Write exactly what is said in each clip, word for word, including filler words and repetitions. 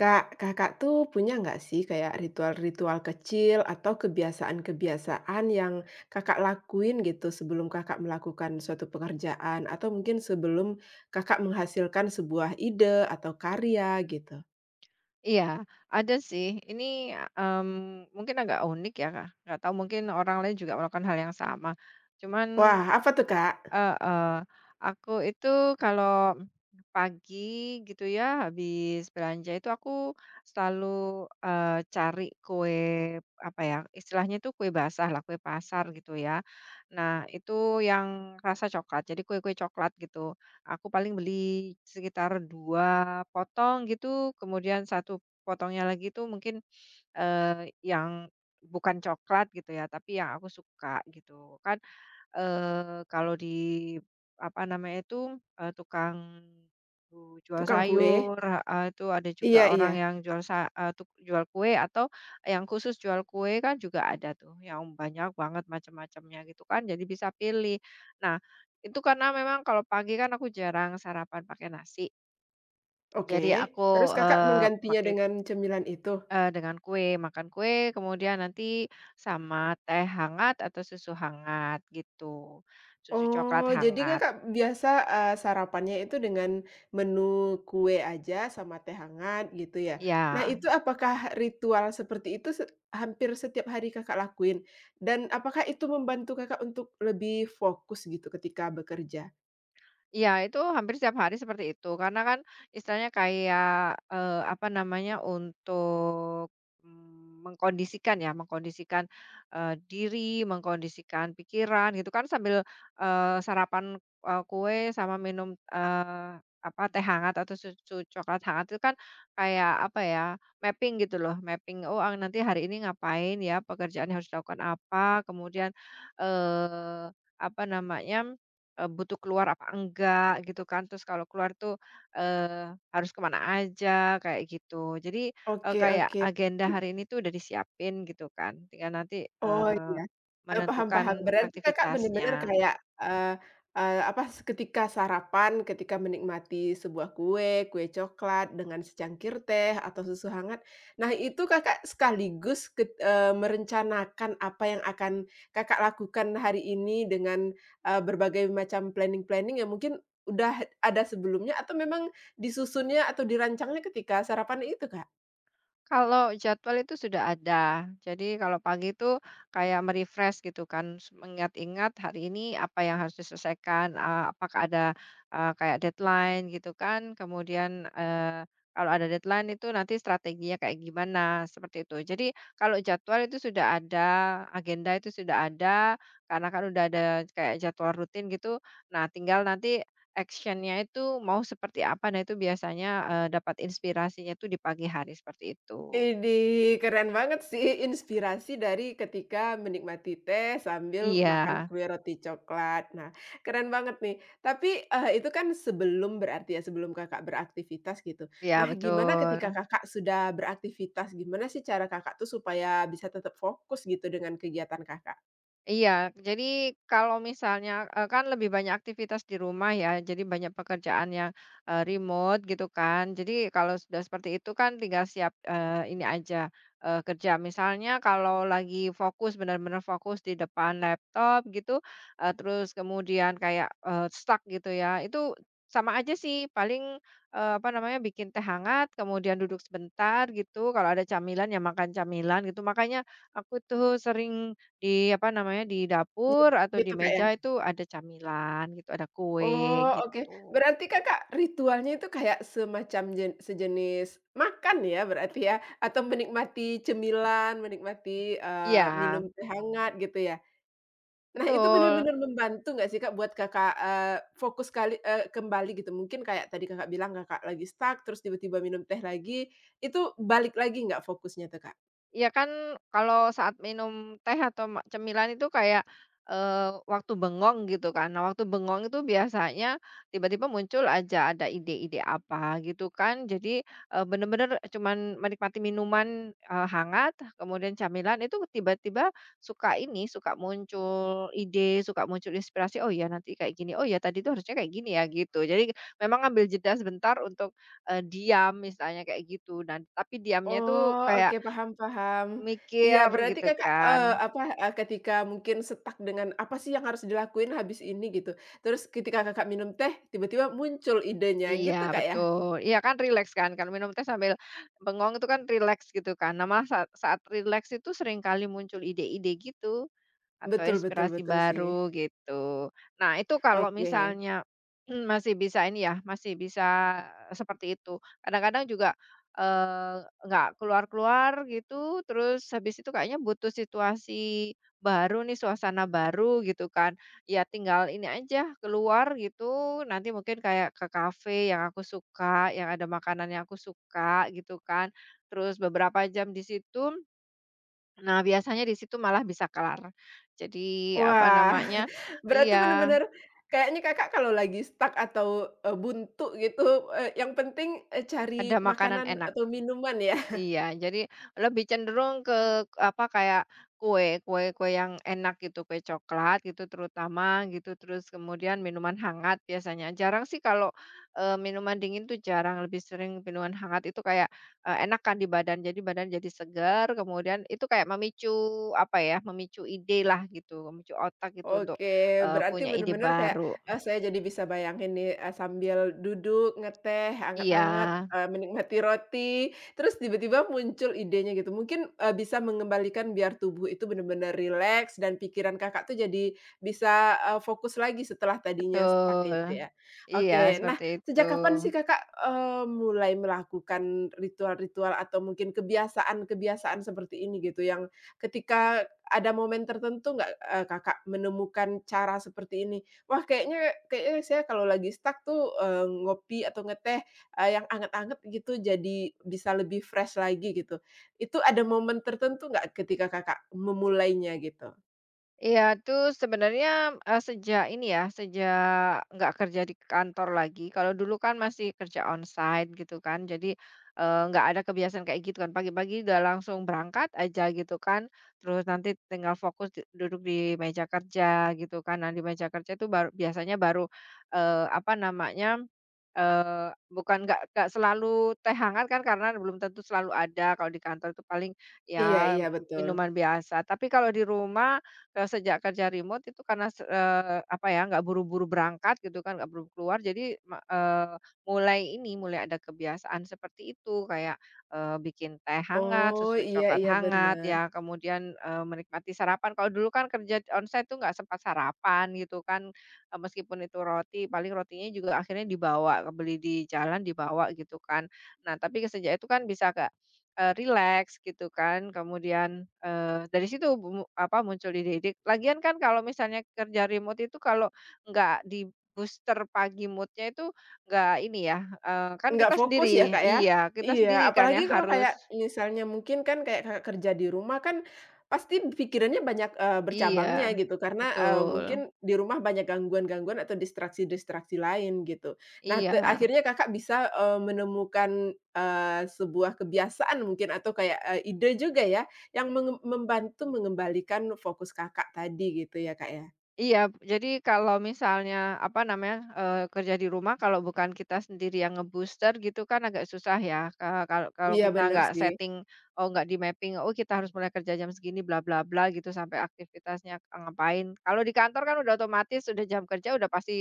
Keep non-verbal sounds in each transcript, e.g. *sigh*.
Kak, Kakak tuh punya nggak sih kayak ritual-ritual kecil atau kebiasaan-kebiasaan yang Kakak lakuin gitu sebelum Kakak melakukan suatu pekerjaan atau mungkin sebelum Kakak menghasilkan sebuah ide atau karya gitu? Iya, ada sih. Ini, mmm, mungkin agak unik ya, Kak, nggak tahu mungkin orang lain juga melakukan hal yang sama. Cuman Wah, apa tuh, Kak? heeh, aku itu kalau pagi gitu ya, habis belanja itu aku selalu, eee, cari kue, apa ya, istilahnya itu kue basah lah, kue pasar gitu ya. Nah, itu yang rasa coklat, jadi kue-kue coklat gitu. Aku paling beli sekitar dua potong gitu, kemudian satu potongnya lagi itu mungkin, eee, yang bukan coklat gitu ya, tapi yang aku suka gitu kan. Eee, kalau di, apa namanya itu, eee, tukang bu jual Tukang kue? sayur, heeh, itu ada juga Iya, orang iya. yang jual sa eee, tuk jual kue atau yang khusus jual kue kan juga ada tuh, yang banyak banget macam-macamnya gitu kan, jadi bisa pilih. Nah, itu karena memang kalau pagi kan aku jarang sarapan pakai nasi, Oke. jadi aku, Terus Kakak eee, menggantinya make dengan cemilan itu? Eee, dengan kue, makan kue, kemudian nanti sama teh hangat atau susu hangat gitu, susu coklat Oh, jadi hangat, Kakak biasa, eee, sarapannya itu dengan menu kue aja sama teh hangat gitu ya. Nah ya. itu apakah ritual seperti itu se hampir setiap hari Kakak lakuin? Dan apakah itu membantu Kakak untuk lebih fokus gitu ketika bekerja? Iya, itu hampir setiap hari seperti itu. Karena kan istilahnya kayak, eee, apa namanya, untuk, mmm, mengkondisikan ya, mengkondisikan, eee, diri, mengkondisikan pikiran gitu kan sambil, eee, sarapan, eee, kue sama minum, eee, apa, teh hangat atau susu coklat hangat itu kan kayak, apa ya, mapping gitu loh, mapping, "Oh, ah, nanti hari ini ngapain ya, pekerjaan yang harus dilakukan apa," kemudian, eee, apa namanya. Eee, butuh keluar apa enggak gitu kan, terus kalau keluar tuh, eee, harus kemana aja kayak gitu. Jadi, eee, Oke, kayak oke. agenda hari ini tuh udah disiapin gitu kan, tinggal nanti, Oh, eee, iya. Eee, paham, paham. menentukan Berarti Kakak bener-bener aktivitasnya. kayak, eee eee, apa, ketika sarapan, ketika menikmati sebuah kue, kue coklat dengan secangkir teh atau susu hangat. Nah, itu Kakak sekaligus ket eee, merencanakan apa yang akan Kakak lakukan hari ini dengan, eee, berbagai macam planning-planning yang mungkin udah ada sebelumnya atau memang disusunnya atau dirancangnya ketika sarapan itu, Kak? Kalau jadwal itu sudah ada. Jadi kalau pagi itu kayak me gitu kan, mengingat-ingat hari ini apa yang harus diselesaikan, eee, apakah ada, eee, kayak deadline gitu kan. Kemudian, eee, kalau ada deadline itu nanti strateginya kayak gimana, seperti itu. Jadi kalau jadwal itu sudah ada, agenda itu sudah ada, karena kan udah ada kayak jadwal rutin gitu. Nah tinggal nanti actionnya itu mau seperti apa, nah itu biasanya, eee, dapat inspirasinya itu di pagi hari seperti itu. Ini keren banget sih inspirasi dari ketika menikmati teh sambil Iya. makan kue roti coklat. Nah, keren banget nih. Tapi, eee, itu kan sebelum berarti ya, sebelum Kakak beraktivitas gitu. Iya, Nah, gimana betul. ketika Kakak sudah beraktivitas, gimana sih cara Kakak tuh supaya bisa tetap fokus gitu dengan kegiatan Kakak? Iya, jadi kalau misalnya, eee, kan lebih banyak aktivitas di rumah ya, jadi banyak pekerjaan yang, eee, remote gitu kan. Jadi kalau sudah seperti itu kan tinggal siap, eee, ini aja, eee, kerja. Misalnya kalau lagi fokus, benar-benar fokus di depan laptop gitu, eee, terus kemudian kayak, eee, stuck gitu ya, itu sama aja sih paling, eee, apa namanya, bikin teh hangat, kemudian duduk sebentar gitu, kalau ada camilan ya makan camilan gitu. Makanya aku tuh sering di apa namanya, di dapur atau di Gitu Kak ya? meja itu ada camilan gitu, ada kue Oh, oke. gitu. Berarti Kakak ritualnya itu kayak semacam jen sejenis makan ya berarti ya? Atau menikmati cemilan, menikmati, Iya, eee, minum teh hangat gitu ya? Nah itu betul. benar-benar membantu nggak sih Kak buat Kakak, eee, fokus kali eee, kembali gitu? Mungkin kayak tadi Kakak bilang Kakak lagi stuck terus tiba-tiba minum teh lagi, itu balik lagi nggak fokusnya tuh Kak? Iya kan kalau saat minum teh atau ma cemilan itu kayak, eee, waktu bengong gitu kan. Nah waktu bengong itu biasanya tiba-tiba muncul aja ada ide-ide apa gitu kan. Jadi, eee, bener-bener cuman menikmati minuman, eee, hangat, kemudian camilan itu tiba-tiba suka ini, suka muncul ide, suka muncul inspirasi, "Oh iya nanti kayak gini, oh iya tadi itu harusnya kayak gini ya," gitu. Jadi memang ambil jeda sebentar untuk, eee, diam misalnya kayak gitu. Dan tapi diamnya itu Oh, oke, kayak paham, paham. Iya, mikir berarti gitu Kakak, kan. eee, apa, eee, ketika mungkin stuck dengan apa sih yang harus dilakuin habis ini gitu, terus ketika Kakak minum teh, tiba-tiba muncul idenya Iya gitu, Kak, ya? betul. Iya kan rileks kan, kalau minum teh sambil bengong itu kan rileks gitu kan. Nah malah saat saat rileks itu seringkali muncul ide-ide gitu. Atau Betul, betul, inspirasi betul sih. baru gitu. Nah itu kalau Oke. misalnya *clears throat* masih bisa ini ya, masih bisa eh, seperti itu. Kadang-kadang juga, eee, nggak keluar-keluar gitu, terus habis itu kayaknya butuh situasi baru nih, suasana baru gitu kan. Ya tinggal ini aja keluar gitu, nanti mungkin kayak ke kafe yang aku suka, yang ada makanan yang aku suka gitu kan. Terus beberapa jam di situ. Nah, biasanya di situ malah bisa kelar. Jadi, apa Wah, namanya, *laughs* berarti iya, bener-bener kayaknya Kakak kalau lagi stuck atau, eee, buntu gitu, eee, yang penting, eee, cari ada makanan makanan enak. atau minuman ya? Iya, jadi lebih cenderung ke apa, kayak kue, kue-kue yang enak gitu, kue coklat gitu terutama gitu, terus kemudian minuman hangat biasanya. Jarang sih kalau, eee, minuman dingin tuh jarang, lebih sering minuman hangat itu kayak, eee, enak kan di badan, jadi badan jadi segar, kemudian itu kayak memicu apa ya, memicu ide lah gitu, memicu otak gitu untuk, Oke, eee, berarti punya ide bener-bener kayak, baru. eee, saya jadi bisa bayangin nih, eee, sambil duduk, ngeteh, Iya, anget-anget, eee, menikmati roti, terus tiba-tiba muncul idenya gitu. Mungkin, eee, bisa mengembalikan biar tubuh itu bener-bener rileks dan pikiran Kakak tuh jadi bisa, eee, fokus lagi setelah tadinya stuck betul. itu ya. Iya, Oke, nah seperti itu. sejak kapan sih Kakak, eee, mulai melakukan ritual-ritual atau mungkin kebiasaan-kebiasaan seperti ini gitu yang ketika ada momen tertentu nggak, eee, Kakak menemukan cara seperti ini? Wah kayaknya kayaknya saya kalau lagi stuck tuh, eee, ngopi atau ngeteh, eee, yang anget-anget gitu jadi bisa lebih fresh lagi gitu. Itu ada momen tertentu nggak ketika Kakak memulainya gitu? Iya, itu sebenarnya, eee, sejak ini ya, sejak nggak kerja di kantor lagi, kalau dulu kan masih kerja onsite gitu kan, jadi, eee, nggak ada kebiasaan kayak gitu kan, pagi-pagi udah langsung berangkat aja gitu kan, terus nanti tinggal fokus di duduk di meja kerja gitu kan. Nah, di meja kerja itu baru biasanya baru, eee, apa namanya, eee, bukan nggak nggak selalu teh hangat kan karena belum tentu selalu ada, kalau di kantor itu paling Iya, ya iya betul. minuman biasa. Tapi kalau di rumah. Eee, sejak kerja remote itu karena se eee, apa ya, nggak buru-buru berangkat gitu kan, nggak buru keluar jadi me eee, mulai ini, mulai ada kebiasaan seperti itu kayak, eee, bikin teh hangat, Oh, susu iya, coklat iya hangat benar. ya, kemudian, eee, menikmati sarapan. Kalau dulu kan kerja onsite tuh nggak sempat sarapan gitu kan, eee, meskipun itu roti, paling rotinya juga akhirnya dibawa, beli di jalan dibawa gitu kan. Nah, tapi sejak itu kan bisa ke. Eee, rileks gitu kan, kemudian, eee, dari situ mu apa, muncul ide-ide. Lagian kan kalau misalnya kerja remote itu kalau nggak di-booster pagi moodnya itu nggak ini ya, eee, kan Nggak kita fokus ya, sendiri Kak, ya? iya, kita Iya, sendiri kan yang apalagi kalau harus. kayak misalnya mungkin kan kayak Kakak kerja di rumah kan pasti pikirannya banyak, eee, bercabangnya Iya, gitu karena, eee, betul, mungkin di rumah banyak gangguan-gangguan atau distraksi-distraksi lain gitu. Nah, te iya. akhirnya Kakak bisa, eee, menemukan, eee, sebuah kebiasaan mungkin atau kayak, eee, ide juga ya yang menge membantu mengembalikan fokus Kakak tadi gitu ya, Kak, ya? Iya, jadi kalau misalnya, apa namanya, eee, kerja di rumah kalau bukan kita sendiri yang nge gitu kan agak susah ya, eee, kalau kalau Iya kita bener nggak sih. setting, oh nggak di-mapping, oh kita harus mulai kerja jam segini bla bla bla gitu sampai aktivitasnya ngapain. Kalau di kantor kan udah otomatis udah jam kerja udah pasti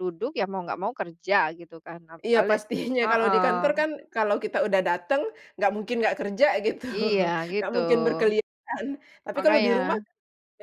duduk ya mau nggak mau kerja gitu kan. Nah Iya kali pastinya, kalau di heeh, kantor kan kalau kita udah datang nggak mungkin nggak kerja gitu, iya *laughs* nggak gitu, mungkin berkelihatan. Tapi kalau di rumah makanya.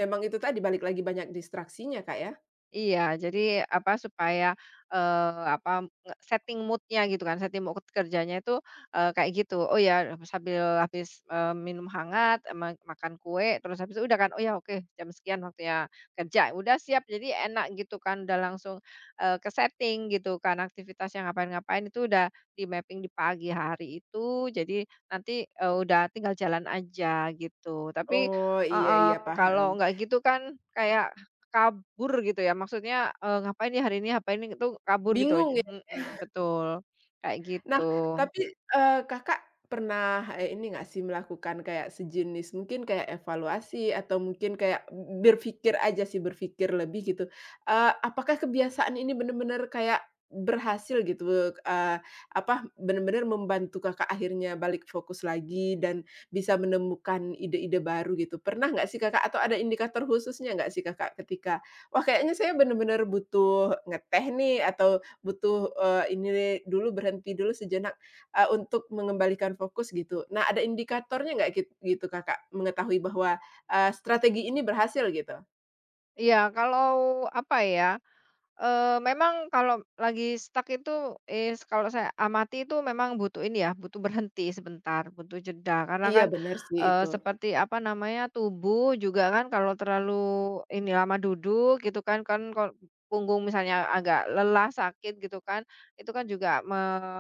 memang itu tadi balik lagi banyak distraksinya, Kak, ya? Iya, jadi apa, supaya, eee, apa, nge setting moodnya gitu kan, setting mood kerjanya itu, eee, kayak gitu. Oh ya, sambil habis, eee, minum hangat, ma makan kue, terus habis itu udah kan, "Oh ya oke, jam sekian waktunya kerja." Udah siap, jadi enak gitu kan, udah langsung, eee, ke-setting gitu kan. Aktivitas yang ngapain-ngapain itu udah di-mapping di pagi hari itu, jadi nanti, eee, udah tinggal jalan aja gitu. Tapi Oh, iya, heeh, iya paham. kalau nggak gitu kan kayak kabur gitu ya maksudnya, eee, ngapain ya hari ini ngapain ini itu kabur gitu Bingung. aja mhm, betul, kayak Nah, gitu. tapi, eee, Kakak pernah, eee, ini nggak sih melakukan kayak sejenis mungkin kayak evaluasi atau mungkin kayak berpikir aja sih, berpikir lebih gitu, eee, apakah kebiasaan ini benar-benar kayak berhasil gitu, eee, apa, benar-benar membantu Kakak akhirnya balik fokus lagi dan bisa menemukan ide-ide baru gitu. Pernah nggak sih Kakak atau ada indikator khususnya nggak sih Kakak ketika, "Wah kayaknya saya benar-benar butuh ngeteh nih," atau butuh, eee, ini deh dulu berhenti dulu sejenak, eee, untuk mengembalikan fokus gitu. Nah ada indikatornya nggak git gitu Kakak mengetahui bahwa, eee, strategi ini berhasil gitu? Iya kalau apa ya. Eee, memang kalau lagi stuck itu, eee, kalau saya amati itu memang butuh ini ya, butuh berhenti sebentar, butuh jeda. Karena Iya kan, benar sih itu. eee, seperti apa namanya, tubuh juga kan kalau terlalu ini lama duduk gitu kan kan kalau punggung misalnya agak lelah, sakit gitu kan, itu kan juga me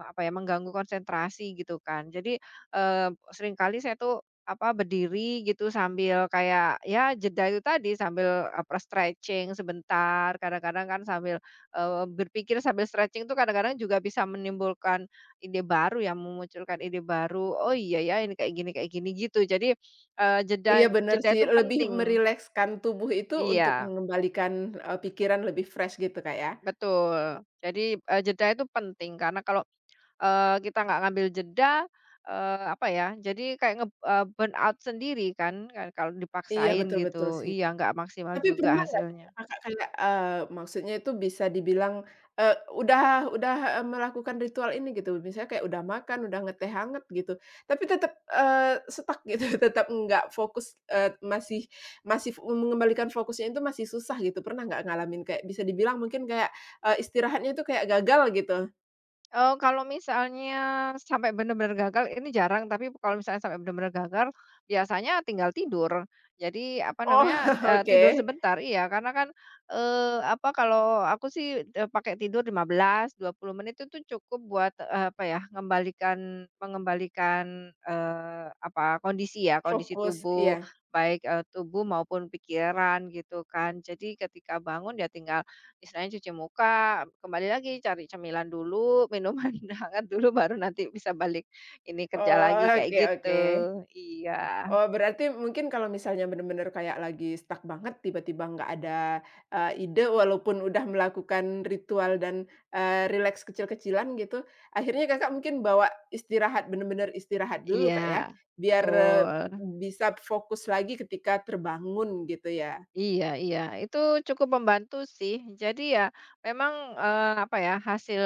apa ya, mengganggu konsentrasi gitu kan. Jadi, eee, seringkali saya tuh apa, berdiri gitu sambil kayak ya jeda itu tadi sambil apa, stretching sebentar, kadang-kadang kan sambil, eee, berpikir sambil stretching itu kadang-kadang juga bisa menimbulkan ide baru ya, memunculkan ide baru, "Oh iya ya ini kayak gini kayak gini," gitu. Jadi, eee, Iya jeda benar jeda sih, itu lebih penting. merilekskan tubuh itu untuk Iya, mengembalikan, eee, pikiran lebih fresh gitu Kak ya? betul. Jadi, eee, jeda itu penting karena kalau eee, kita nggak ngambil jeda, eee, apa ya, jadi kayak nge eee, burn out sendiri kan, kan kalau Iya dipaksain betul, betul gitu. sih. Iya, nggak maksimal Tapi juga pernah nggak hasilnya. Kakak kayak, eee, maksudnya itu bisa dibilang, eee, udah udah, eee, melakukan ritual ini gitu, misalnya kayak udah makan, udah ngeteh hangat gitu, tapi tetap, eee, stuck *laughs* gitu, tetap nggak fokus, eee, masih masih mengembalikan fokusnya itu masih susah gitu, pernah nggak ngalamin kayak bisa dibilang mungkin kayak, eee, istirahatnya itu kayak gagal gitu? Eee, kalau misalnya sampai benar-benar gagal ini jarang, tapi kalau misalnya sampai benar-benar gagal, biasanya tinggal tidur. Jadi, apa namanya, Oh, *laughs* eee, tidur oke, sebentar iya, karena kan, eee, apa, kalau aku sih, eee, pakai tidur lima belas, dua puluh menit itu cukup buat, eee, apa ya, mengembalikan, mengembalikan, eee, apa, kondisi ya, kondisi fokus, tubuh, iya. baik, eee, tubuh maupun pikiran gitu kan. Jadi ketika bangun ya tinggal istilahnya cuci muka, kembali lagi cari cemilan dulu, minuman *laughs* hangat dulu, baru nanti bisa balik ini kerja Oh, lagi, kayak oke, oke. gitu. Iya Oh, berarti mungkin kalau misalnya benar-benar kayak lagi stuck banget, tiba-tiba nggak ada, eee, ide walaupun udah melakukan ritual dan, eee, rileks kecil-kecilan gitu, akhirnya Kakak mungkin bawa istirahat, benar-benar istirahat dulu, iya, Kak, ya? Biar, eee, betul. bisa fokus lagi ketika terbangun gitu ya? Iya iya, itu cukup membantu sih. Jadi ya memang, eee, apa ya, hasil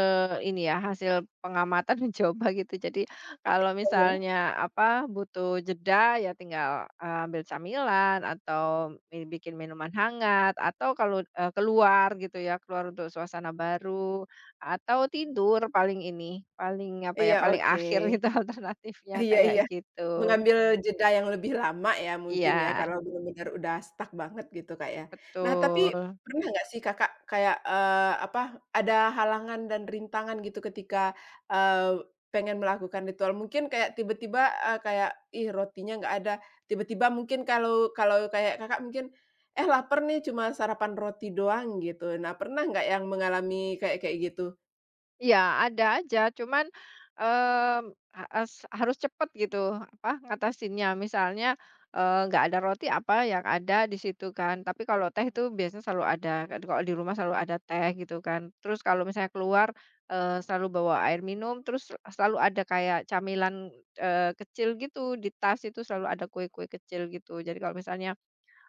ini ya, hasil pengamatan *laughs* mencoba gitu. Jadi kalau Iya ya. misalnya apa, butuh jeda ya tinggal, eee, ambil camilan atau mi bikin minuman hangat atau kalau, eee, keluar gitu ya, keluar untuk suasana baru atau tidur paling ini, paling apa ya, Iya, paling oke. akhir *laughs* gitu alternatifnya Iya, kayak iya. gitu. Mengambil jeda yang lebih lama ya mungkin ya, Iya, kalau benar-benar udah stuck banget gitu, Kak, ya. Nah, tapi betul. pernah nggak sih Kakak kayak, eee, apa, ada halangan dan rintangan gitu ketika, eee, pengen melakukan ritual? Mungkin kayak tiba-tiba, eee, kayak, "Ih, rotinya nggak ada." Tiba-tiba mungkin kalau kalau kayak Kakak mungkin, "Eh, laper nih, cuma sarapan roti doang." Gitu. Nah, pernah nggak yang mengalami kayak kayak gitu? Iya, ada aja, cuman, mmm, ha es harus cepet gitu, apa, ngatasinnya. Misalnya, eee, nggak ada roti apa yang ada di situ kan, tapi kalau teh itu biasanya selalu ada, kan kalau di rumah selalu ada teh gitu kan. Terus kalau misalnya keluar, eee, selalu bawa air minum, terus selalu ada kayak camilan, eee, kecil gitu di tas itu selalu ada kue-kue kecil gitu. Jadi kalau misalnya.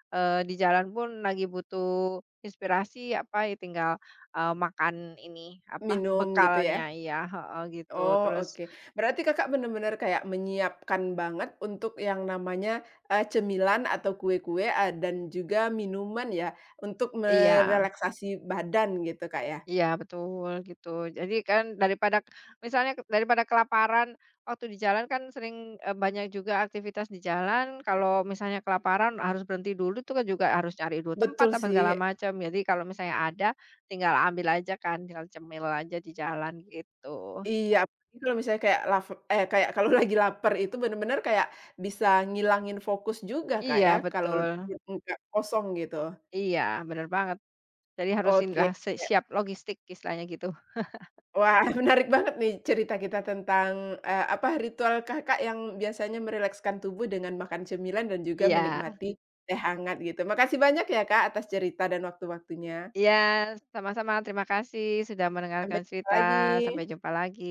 Eee, di jalan pun lagi butuh inspirasi apa ya tinggal, eee, makan ini apa Minum gitu ya? bekalnya iya, heeh, gitu Oh, terus oke. Berarti Kakak bener-bener kayak menyiapkan banget untuk yang namanya, eee, cemilan atau kue-kue, eee, dan juga minuman ya, untuk iya merelaksasi badan gitu, Kak, ya? iya betul gitu jadi kan daripada misalnya ke- daripada kelaparan waktu di jalan kan sering, eee, banyak juga aktivitas di jalan kalau misalnya kelaparan harus berhenti dulu tuh kan juga harus cari dulu tempat Betul apa segala sih, macam jadi kalau misalnya ada tinggal ambil aja kan tinggal cemil aja di jalan gitu. iya, apalagi kalau misalnya kayak laf eh, kayak kalau *laughs* lagi lapar itu bener-bener kayak bisa ngilangin fokus juga, Kak, Iya ya, kalau betul. perut nggak kosong gitu. Iya, bener banget. Jadi harus Oke. inilah si siap logistik istilahnya gitu. Wah, *laughs* menarik banget nih cerita kita tentang, eee, apa, ritual Kakak yang biasanya merilekskan tubuh dengan makan cemilan dan juga Iya. menikmati teh hangat gitu. Makasih banyak ya Kak atas cerita dan waktu-waktunya. Iya, sama-sama terima kasih sudah Sampai mendengarkan jumpa cerita, lagi. sampai jumpa lagi.